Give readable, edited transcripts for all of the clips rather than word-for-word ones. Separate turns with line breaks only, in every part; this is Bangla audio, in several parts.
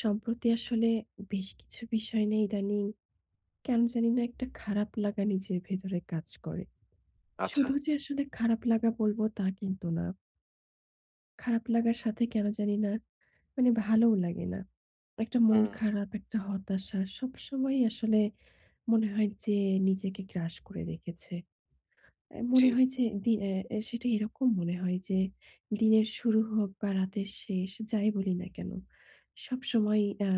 সম্প্রতি আসলে বেশ কিছু বিষয় নিয়ে ইদানিং কেন জানি না একটা খারাপ লাগা নিজের ভেতরে কাজ করে।
আচ্ছা।
শুধু যে আসলে খারাপ লাগা বলব তা কিন্তু না। খারাপ লাগার সাথে কেন জানি না মানে ভালোও লাগে না। একটা মন
হুম,
খারাপ, একটা হতাশা সবসময়ই আসলে মনে হয় যে নিজেকে গ্রাস করে রেখেছে।
জি,
মনে হয় যে, দি অ্যা অ্যা সেটা এরকম মনে হয় যে দিনের শুরু হোক বা রাতের শেষ, যাই বলি না কেন, সবসময়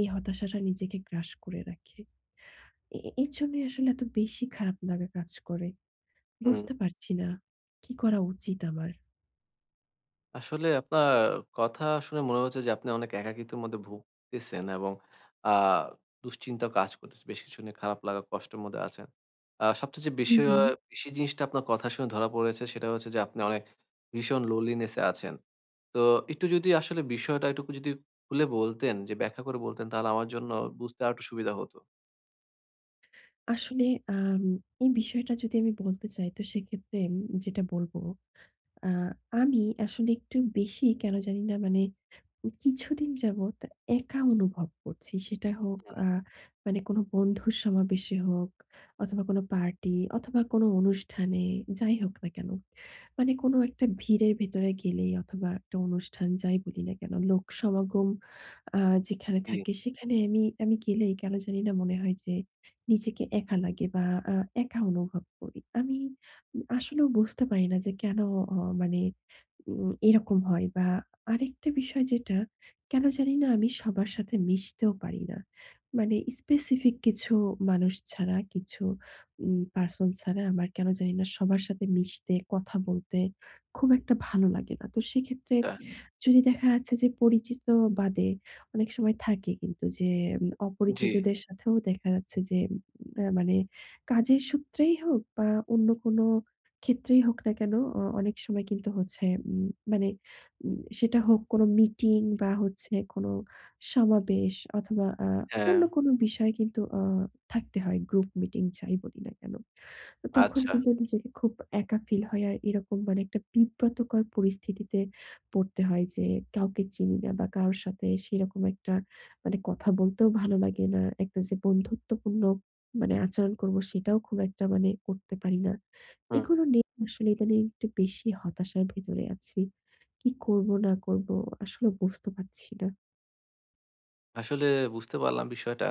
এই হতাশাটা নিজেকে গ্রাস করে রাখে। এ এ এর জন্যই আসলে এত বেশি খারাপ লাগা কাজ করে।
হুম।
বুঝতে পারছি না কি করা উচিত আমার?
আসলে আপনার কথা শুনে মনে হচ্ছে যে আপনি অনেক একাকিত্বের মধ্যে ভুগতেছেন এবং আ দুশ্চিন্তাও কাজ করতেছে। বেশ কিছু নিয়ে খারাপ লাগা, কষ্টের মধ্যে আছেন। সবচেয়ে যে
হুম,
বেশি আ
হুম।
বেশি জিনিসটা আপনার কথা শুনে ধরা পড়েছে সেটা হচ্ছে যে আপনি অনেক ভীষণ loneliness এ আছেন। তো একটু যদি আসলে বিষয়টা একটু যদি খুলে বলতেন যে ব্যাখ্যা করে বলতেন তাহলে আমার জন্য বুঝতে আরেকটু সুবিধা হতো।
আসলে আম এই বিষয়টা যদি আমি বলতে চাই, তো সেক্ষেত্রে যেটা বলব, আ আমি আসলে একটু বেশি কেন জানি না, মানে কিছুদিন যাবত একা অনুভব করছি। সেটা হোক
হুম,
মানে কোনো বন্ধুর সমাবেশে হোক, অথবা কোনো পার্টি, অথবা কোনো অনুষ্ঠানে, যাই হোক না কেন। মানে কোনো একটা ভিড়ের ভেতরে গেলেই, অথবা একটা অনুষ্ঠান যাই বলি না কেন, লোক সমাগম আ যেখানে
জি,
থাকে সেখানে আমি আমি গেলেই কেন জানি না মনে হয় যে নিজেকে একা লাগে, বা আ একা অনুভব করি। আমি আসলেও বুঝতে পারি না যে কেন, অ মানে এরকম হয়, বা আরেকটা বিষয় যেটা, কেন জানি না আমি সবার সাথে মিশতেও পারি না। মানে স্পেসিফিক কিছু মানুষ ছাড়া, কিছু পারসন ছাড়া, আমার কেন জানি না সবার সাথে মিশতে, কথা বলতে খুব একটা ভালো লাগে না। তো সেক্ষেত্রে
আ
যদি দেখা যাচ্ছে যে পরিচিত বাদে অনেক সময় থাকে কিন্তু যে,
জি,
অপরিচিতদের সাথেও দেখা যাচ্ছে যে, মানে কাজের সূত্রেই হোক, বা অন্য কোনো ক্ষেত্রেই হোক না কেন, অনেক সময় কিন্তু হচ্ছে, উম মানে সেটা হোক কোনো মিটিং, বা হচ্ছে কোনো সমাবেশ, অথবা
হ্যাঁ,
অন্য কোনো বিষয় কিন্তু থাকতে হয়। গ্রুপ মিটিং যাই বলি না কেন। তো তখন
আচ্ছা।
কিন্তু নিজেকে খুব একা ফিল হয়। আর এরকম মানে একটা বিব্রতকর পরিস্থিতিতে পড়তে হয় যে কাউকে চিনি না, বা কারো সাথে সেরকম একটা মানে কথা বলতেও ভালো লাগে না। একটা যে বন্ধুত্বপূর্ণ মানে আচরণ করব, সেটাও খুব একটা মানে করতে পারি না।
হুম।
এগুলো নিয়ে আসলে ইদানিং একটু বেশি হতাশার ভেতরে আছি। কি করব না করব আসলে বুঝতে পারছি না।
আসলে বুঝতে পারলাম বিষয়টা।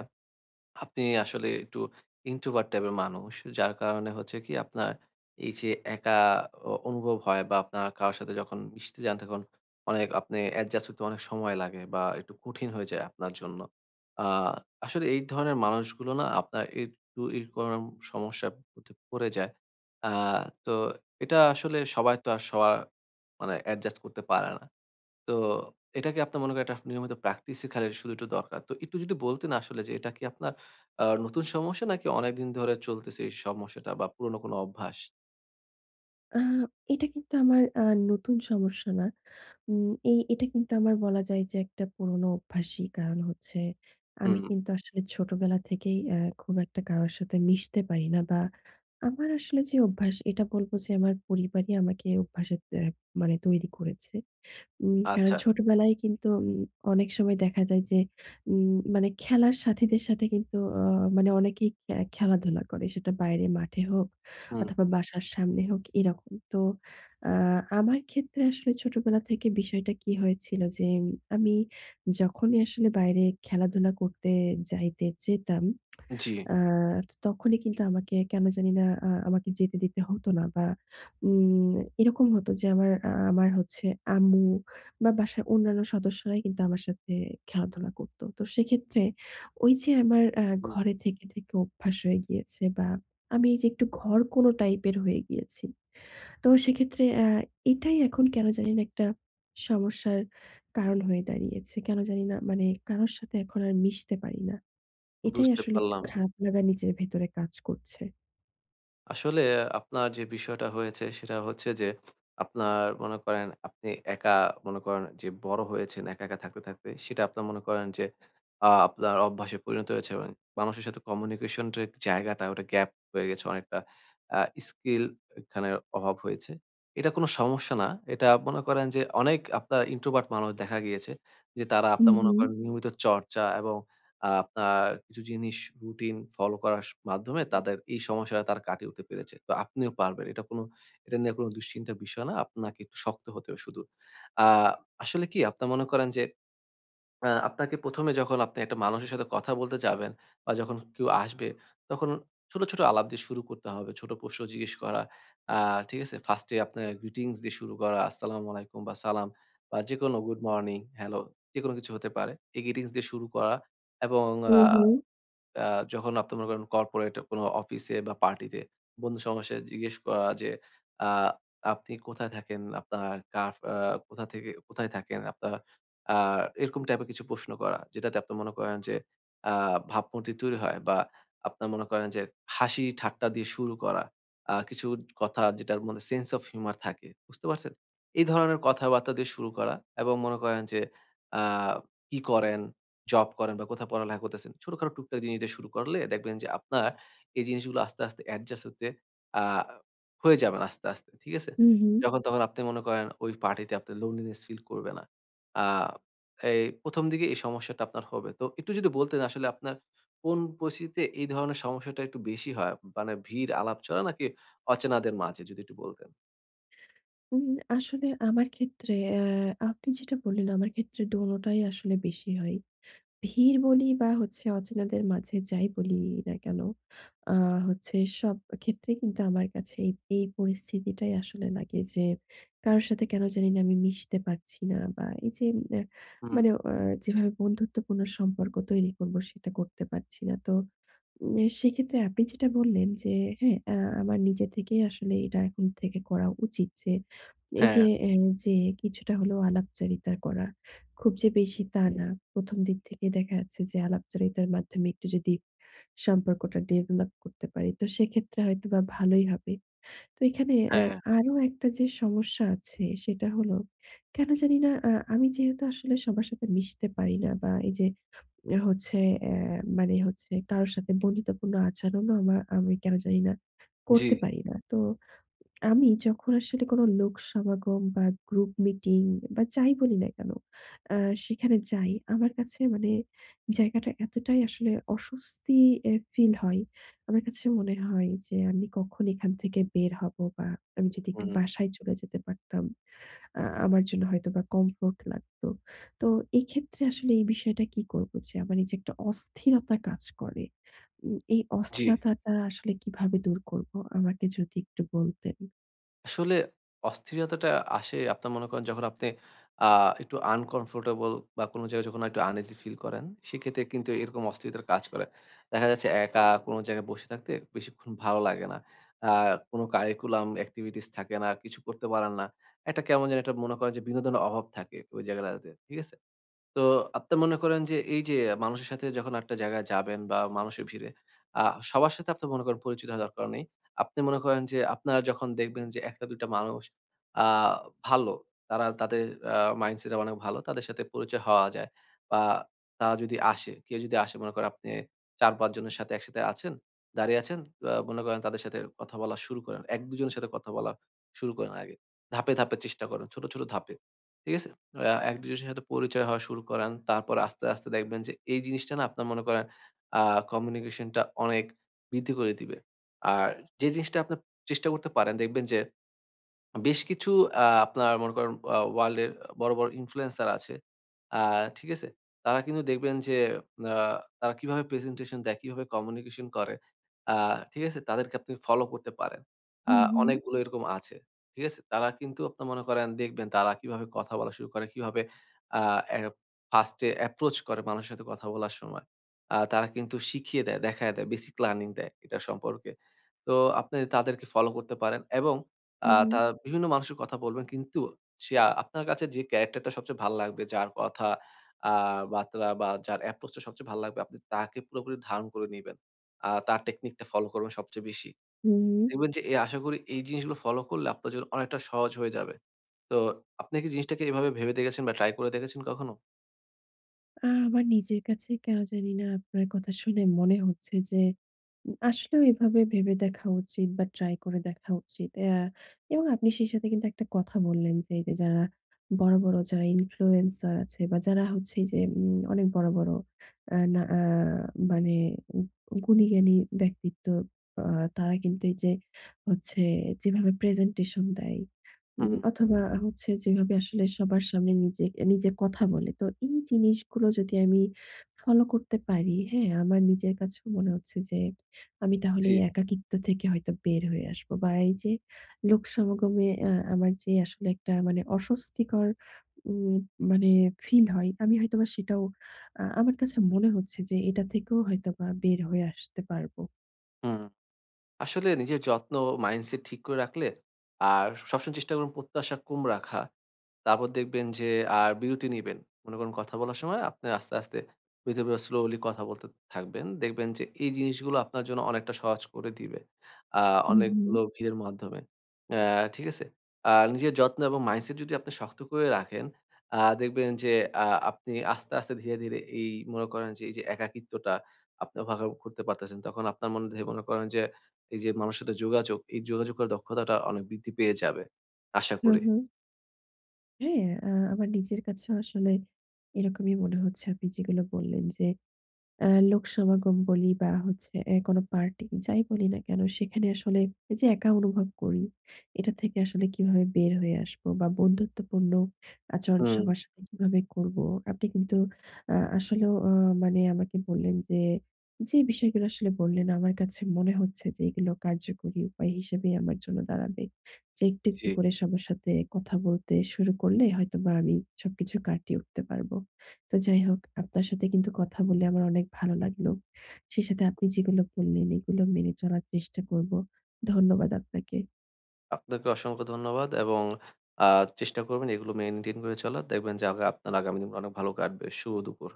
আপনি আসলে একটু introvert টাইপের মানুষ। যার কারণে হচ্ছে কি আপনার এই যে একা অনুভব হয় বা আপনার কারো সাথে যখন মিশতে যান তখন অনেক আপনি adjust হতে অনেক সময় লাগে বা একটু কঠিন হয়ে যায় আপনার জন্য। আ আসলে এই ধরনের মানুষগুলো না আপনার একটু এরকম সমস্যার মধ্যে পড়ে যায়। আ তো এটা আসলে সবাই তো আর সবার মানে adjust করতে পারে না। তো এটা কি আপনার মনে করেন এটা নিয়মিত প্র্যাকটিসই খালি শুধু একটু দরকার। তো একটু যদি বলতেন আসলে যে এটা কি আপনার নতুন সমস্যা নাকি অনেকদিন ধরে চলতেছে এই সমস্যাটা বা পুরনো কোনো অভ্যাস?
আ এটা কিন্তু আমার নতুন সমস্যা না। উম এই এটা কিন্তু আমার বলা যায় যে একটা পুরোনো অভ্যাসই। কারণ হচ্ছে, আমি
হুম,
কিন্তু আসলে ছোটবেলা থেকেই খুব একটা কারোর সাথে মিশতে পারি না, বা আমার আসলে যে অভ্যাস, এটা বলব যে আমার পরিবারই আমাকে অভ্যাসে, মানে, তৈরি করেছে। কারণ
আচ্ছা।
ছোটবেলায় কিন্তু, অনেক সময় দেখা যায় যে, উম মানে খেলার সাথীদের সাথে কিন্তু, মানে অনেকেই খেলাধুলা করে। সেটা বাইরে মাঠে হোক,
হুম,
অথবা বাসার সামনে হোক, এরকম। তো আ আমার ক্ষেত্রে আসলে ছোটবেলা থেকে বিষয়টা কি হয়েছিল যে, আমি যখনই আসলে বাইরে খেলাধুলা করতে যাইতে যেতাম,
জি,
আ তো তখনই কিন্তু আমাকে কেন জানি না, আমাকে যেতে দিতে হতো না, বা উম এরকম হতো যে আমার হচ্ছে আম্মু বা বাসার অন্যান্য সদস্যরাই কিন্তু আমার সাথে খেলাধুলা করতো। তো সেক্ষেত্রে ওই যে আমার
হুম,
ঘরে থেকে অভ্যাস হয়ে গিয়েছে, বা আমি এই যে একটু ঘরকোনো টাইপের হয়ে গিয়েছি। তো সেক্ষেত্রে এটাই এখন কেন জানি না একটা সমস্যার কারণ হয়ে দাঁড়িয়েছে। কেন জানি না মানে কারো সাথে এখন আর মিশতে পারি না। এটাই
বুঝতে
আসলে একটু
পারলাম।
খারাপ লাগা নিজের ভেতরে কাজ করছে।
আসলে আপনার যে বিষয়টা হয়েছে সেটা হচ্ছে যে আপনার মনে করেন আপনি একা মনে করেন যে বড় হয়েছেন একা একা থাকতে থাকতে সেটা আপনার মনে করেন যে আপনার অভ্যাসে পরিণত হয়েছে এবং মানুষের সাথে কমিউনিকেশন জায়গাটা ওটা গ্যাপ হয়ে গেছে অনেকটা স্কিল এখানে অভাব হয়েছে এটা কোনো সমস্যা না এটা মনে করেন যে অনেক আপনার ইন্ট্রোভার্ট মানুষ দেখা গিয়েছে যে তারা
হু,
আপনার মনে
হু।
করেন নিয়মিত চর্চা এবং আপনার কিছু জিনিস রুটিন ফলো করার মাধ্যমে তাদের এই সমস্যাটা তারা কাটিয়ে উঠতে পেরেছে। তো আপনিও পারবেন। এটা নিয়ে কোনো দুশ্চিন্তার বিষয় না। আপনাকে একটু শক্ত হতে হবে শুধু। আ আসলে কি আপনার মনে করেন যে আপনাকে ১ম এ যখন আপনি একটা মানুষের সাথে কথা বলতে যাবেন বা যখন কেউ আসবে, তখন ছোট, ছোট আলাপ দিয়ে শুরু করতে হবে। ছোট প্রশ্ন জিজ্ঞেস করা। আ ঠিক আছে? ফার্স্ট এ আপনার greetings দিয়ে শুরু করা। আসসালামু আলাইকুম বা সালাম বা যেকোনো গুড মর্নিং, হ্যালো যেকোনো কিছু হতে পারে। এই greetings দিয়ে শুরু করা এবং
হু,
আ
হু।
আ যখন আপনি মনে করেন কর্পোরেট কোনো অফিসে বা পার্টিতে বন্ধু সমাবেশে জিজ্ঞেস করা যে, আ আপনি কোথায় থাকেন? আপনার কার আ কোথা থেকে কোথায় থাকেন? আপনার আ এরকম টাইপের কিছু প্রশ্ন করা। যেটাতে আপনি মনে করেন যে আ ভাবমূর্তি তৈরি হয় বা আপনার মনে করেন যে হাসি ঠাট্টা দিয়ে শুরু করা। কিছু কথা যেটার মধ্যে সেন্স অফ হিউমার থাকে। বুঝতে পারছেন? এই ধরনের কথাবার্তা দিয়ে শুরু করা এবং মনে করেন যে আ কি করেন? জব করেন বা কোথাও পড়ালেখা করতেছেন, ছোটখাটো টুকটাক জিনিস দিয়ে শুরু করলে দেখবেন যে আপনার এই জিনিসগুলো আস্তে, আস্তে অ্যাডজাস্ট হতে আ হয়ে যাবেন আস্তে, আস্তে। ঠিক আছে?
হু, হু।
যখন তখন আপনি মনে করেন ওই পার্টিতে আপনি লোনলিনেস ফিল করবে না। আ এই ১ম দিকে এই সমস্যাটা আপনার হবে। তো একটু যদি বলতেন আসলে আপনার কোন পরিস্থিতিতে এই ধরনের সমস্যাটা একটু বেশি হয়? মানে ভিড় আলাপ চলে নাকি অচেনাদের মাঝে? যদি একটু বলতেন।
উম আসলে আমার ক্ষেত্রে, আপনি যেটা বললেন, আমার ক্ষেত্রে দোনোটাই আসলে বেশি হয়। ভিড় বলি, বা হচ্ছে অচেনাদের মাঝে যাই বলি না কেন, আ হচ্ছে সব ক্ষেত্রে কিন্তু আমার কাছে এই পরিস্থিতিটাই আসলে লাগে যে কারো সাথে কেন জানি না আমি মিশতে পারছি না, বা এই যে, অ্যা
হুম।
মানে যেভাবে বন্ধুত্বপূর্ণ সম্পর্ক তৈরি করব, সেটা করতে পারছি না। তো উম সেক্ষেত্রে আপনি যেটা বললেন যে, হ্যাঁ, আমার নিজে থেকেই আসলে এটা এখন থেকে করা উচিত যে, এই
হ্যাঁ,
যে যে কিছুটা হলেও আলাপচারিতা করা। খুব যে বেশি তা না। ১ম দিক থেকেই দেখা যাচ্ছে যে আলাপচারিতার মাধ্যমে একটু যদি সম্পর্কটা ডেভেলপ করতে পারি, তো সেক্ষেত্রে হয়তোবা ভালোই হবে। তো এখানে
হ্যাঁ।
আরো একটা যে সমস্যা আছে সেটা হলো, কেন জানি না, আমি যেহেতু আসলে সবার সাথে মিশতে পারি না, বা এই যে হচ্ছে, অ্যা মানে হচ্ছে কারো সাথে বন্ধুত্বপূর্ণ আচরণও আমি কেন জানি না
জি,
করতে পারি না। তো আমি যখন আসলে কোনো লোক সমাগম বা গ্রুপ মিটিং বা যাই বলি না কেন, আ সেখানে যাই, আমার কাছে মানে জায়গাটা এতটাই আসলে অস্বস্তি ফিল হয়। আমার কাছে মনে হয় যে আমি কখন এখান থেকে বের হব, বা আমি যদি একটু
হুম,
বাসায় চলে যেতে পারতাম, আমার জন্য হয়তোবা কমফোর্ট লাগতো। তো এই ক্ষেত্রে আসলে এই বিষয়টা কি করব যে আমার এই যে একটা অস্থিরতা কাজ করে, এই
জি।
অস্থিরতাটা আসলে কিভাবে দূর করব? আমাকে যদি একটু বলতেন।
আসলে অস্থিরতাটা আসে আপনার মনে করেন যখন আপনি আ একটু আনকমফোর্টেবল বা কোন জায়গায় যখন একটু আনইজি ফিল করেন, সেক্ষেত্রে কিন্তু এরকম অস্থিরতার কাজ করে। দেখা যাচ্ছে একা কোন জায়গায় বসে থাকতে বেশিক্ষণ ভালো লাগে না। আ কোন কারিকুলাম এক্টিভিটিস থাকে না, কিছু করতে পারেন না। একটা কেমন যেন একটা মনে করেন যে বিনোদনের অভাব থাকে ওই জায়গাটাতে। ঠিক আছে? তো আপনি মনে করেন যে এই যে মানুষের সাথে যখন একটা জায়গায় যাবেন বা মানুষের ভিড়ে আ সবার সাথে আপনি মনে করেন পরিচিত হওয়ার দরকার নেই। আপনি মনে করেন যে আপনারা যখন দেখবেন যে ১ টা ২ টা মানুষ আ ভালো, তারা তাদের আ মাইন্ডসেট অনেক ভালো। তাদের সাথে পরিচয় হওয়া যায় বা তারা যদি আসে, কেউ যদি আসে মনে করেন আপনি ৪-৫ জনের সাথে একসাথে আছেন, দাঁড়িয়ে আছেন। মনে করেন তাদের সাথে কথা বলা শুরু করেন। ১-২ জনের সাথে কথা বলা শুরু করেন আগে। ধাপে, ধাপে চেষ্টা করেন। ছোট, ছোট ধাপে। ঠিক আছে? আ এক দুজনের সাথে পরিচয় হওয়া শুরু করান। তারপর আস্তে, আস্তে দেখবেন যে এই জিনিসটা না আপনার মনে করেন আ কমিউনিকেশনটা অনেক বৃদ্ধি করে দিবে। আর যে জিনিসটা আপনার চেষ্টা করতে পারেন দেখবেন যে বেশ কিছু আপনার মনে করেন ওয়ার্ল্ড এর বড়, বড় ইনফ্লুয়েন্সার আছে। আ ঠিক আছে? তারা কিন্তু দেখবেন যে আ তারা কিভাবে প্রেজেন্টেশন দেয়, কিভাবে কমিউনিকেশন করে। আ ঠিক আছে? তাদেরকে আপনি ফলো করতে পারেন।
হু,
আ
হু।
অনেকগুলো এরকম আছে। ঠিক আছে? তারা কিন্তু আপনি মনে করেন দেখবেন তারা কিভাবে কথা বলা শুরু করে, কিভাবে আ এ ফার্স্ট এ অ্যাপ্রোচ করে মানুষের সাথে কথা বলার সময়। তারা কিন্তু শিখিয়ে দেয়, দেখায় দেয়, বেসিক লার্নিং দেয় এটা সম্পর্কে। তো আপনি তাদেরকে ফলো করতে পারেন এবং আ
হুম, হুম।
তা বিভিন্ন মানুষের কথা বলবেন কিন্তু সে আ আপনার কাছে যে ক্যারেক্টারটা সবচেয়ে ভাল লাগবে, যার কথা আ বার্তা বা যার অ্যাপ্রোচ টা সবচেয়ে ভাল লাগবে, আপনি তাকে পুরোপুরি ধারণ করে নিবেন। তার টেকনিকটা ফলো করবেন সবচেয়ে বেশি।
হুম।
দেখবেন যে আশা করি এই জিনিসগুলো ফলো করলে আপনার জন্য অনেকটা সহজ হয়ে যাবে। তো আপনি কি জিনিসটাকে এভাবে ভেবে দেখেছেন বা ট্রাই করে দেখেছেন কখনো?
আমার নিজের কাছে কেন জানি না আপনার কথা শুনে মনে হচ্ছে যে আসলেও এভাবে ভেবে দেখা উচিত, বা ট্রাই করে দেখা উচিত। এবং আপনি সেই সাথে কিন্তু একটা কথা বললেন যে, এই যে যারা বড়, বড় যারা ইনফ্লুয়েন্সার আছে, বা যারা হচ্ছে যে, অনেক বড়, বড়, না, মানে গুণী জ্ঞানী ব্যক্তিত্ব, আ তারা কিন্তু এই যে হচ্ছে যেভাবে প্রেজেন্টেশন দেয়,
হুম,
অথবা হচ্ছে যেভাবে আসলে সবার সামনে নিজে, নিজে কথা বলে। তো এই জিনিসগুলো যদি আমি ফলো করতে পারি, হ্যাঁ? আমার নিজের কাছেও মনে হচ্ছে যে আমি তাহলে
জি,
এই একাকিত্ব থেকে হয়তো বের হয়ে আসবো। বা এই যে লোক সমাগমে আমার যে আসলে একটা মানে অস্বস্তিকর উম মানে ফিল হয়, আমি হয়তোবা সেটাও, আমার কাছে মনে হচ্ছে যে এটা থেকেও হয়তোবা বের হয়ে আসতে পারবো।
হুম। আসলে নিজের যত্ন, মাইন্ডসেট ঠিক করে রাখলে আর সবসময় চেষ্টা করুন প্রত্যাশা কম রাখা। তারপর দেখবেন যে আর বিরতি নিবেন। মনে করেন কথা বলার সময় আপনি আস্তে, আস্তে বিরতির পর স্লোলি কথা বলতে থাকবেন। দেখবেন যে এই জিনিসগুলো আপনার জন্য অনেকটা সহজ করে দিবে। আ
হুম, হুম।
অনেকগুলো ভিড়ের মাধ্যমে। অ্যা ঠিক আছে? নিজের যত্ন এবং মাইন্ডসেট যদি আপনি শক্ত করে রাখেন, দেখবেন যে আপনি আস্তে, আস্তে ধীরে, ধীরে এই মনে করেন যে এই যে একাকিত্বটা আপনি ওভারকাম করতে পারতেছেন। তখন আপনার মধ্যে মনে করেন যে এই যে মানুষের সাথে যোগাযোগ, এই যোগাযোগ করার দক্ষতাটা অনেক বৃদ্ধি পেয়ে যাবে। আশা
হুম,
করি।
হুম। হ্যাঁ, আমার নিজের কাছেও আসলে এরকমই মনে হচ্ছে আপনি যেগুলো বললেন যে, আ লোক সমাগম বলি, বা হচ্ছে কোনো পার্টি যাই বলি না কেন, সেখানে আসলে এই যে একা অনুভব করি, এটা থেকে আসলে কিভাবে বের হয়ে আসবো, বা বন্ধুত্বপূর্ণ আচরণ
হুম,
সবার সাথে কিভাবে করব? আপনি কিন্তু, আসলেও মানে আমাকে বললেন যে, যে বিষয়গুলো আসলে বললেন, আমার কাছে মনে হচ্ছে যে এগুলো কার্যকরী উপায় হিসেবেই আমার জন্য দাঁড়াবে। যে একটু,
জি।
একটু করে সবার সাথে কথা বলতে শুরু করলে হয়তোবা আমি সবকিছু কাটিয়ে উঠতে পারবো। তো যাই হোক, আপনার সাথে কিন্তু কথা বলে আমার অনেক ভালো লাগলো। সেই সাথে আপনি যেগুলো বললেন, এগুলো মেনে চলার চেষ্টা করব। ধন্যবাদ আপনাকে।
আপনাকে অসংখ্য ধন্যবাদ এবং আ চেষ্টা করবেন এগুলো মেইনটেইন করে চলার। দেখবেন যে আপনার আগামী দিন অনেক ভালো কাটবে। শুভ দুপুর।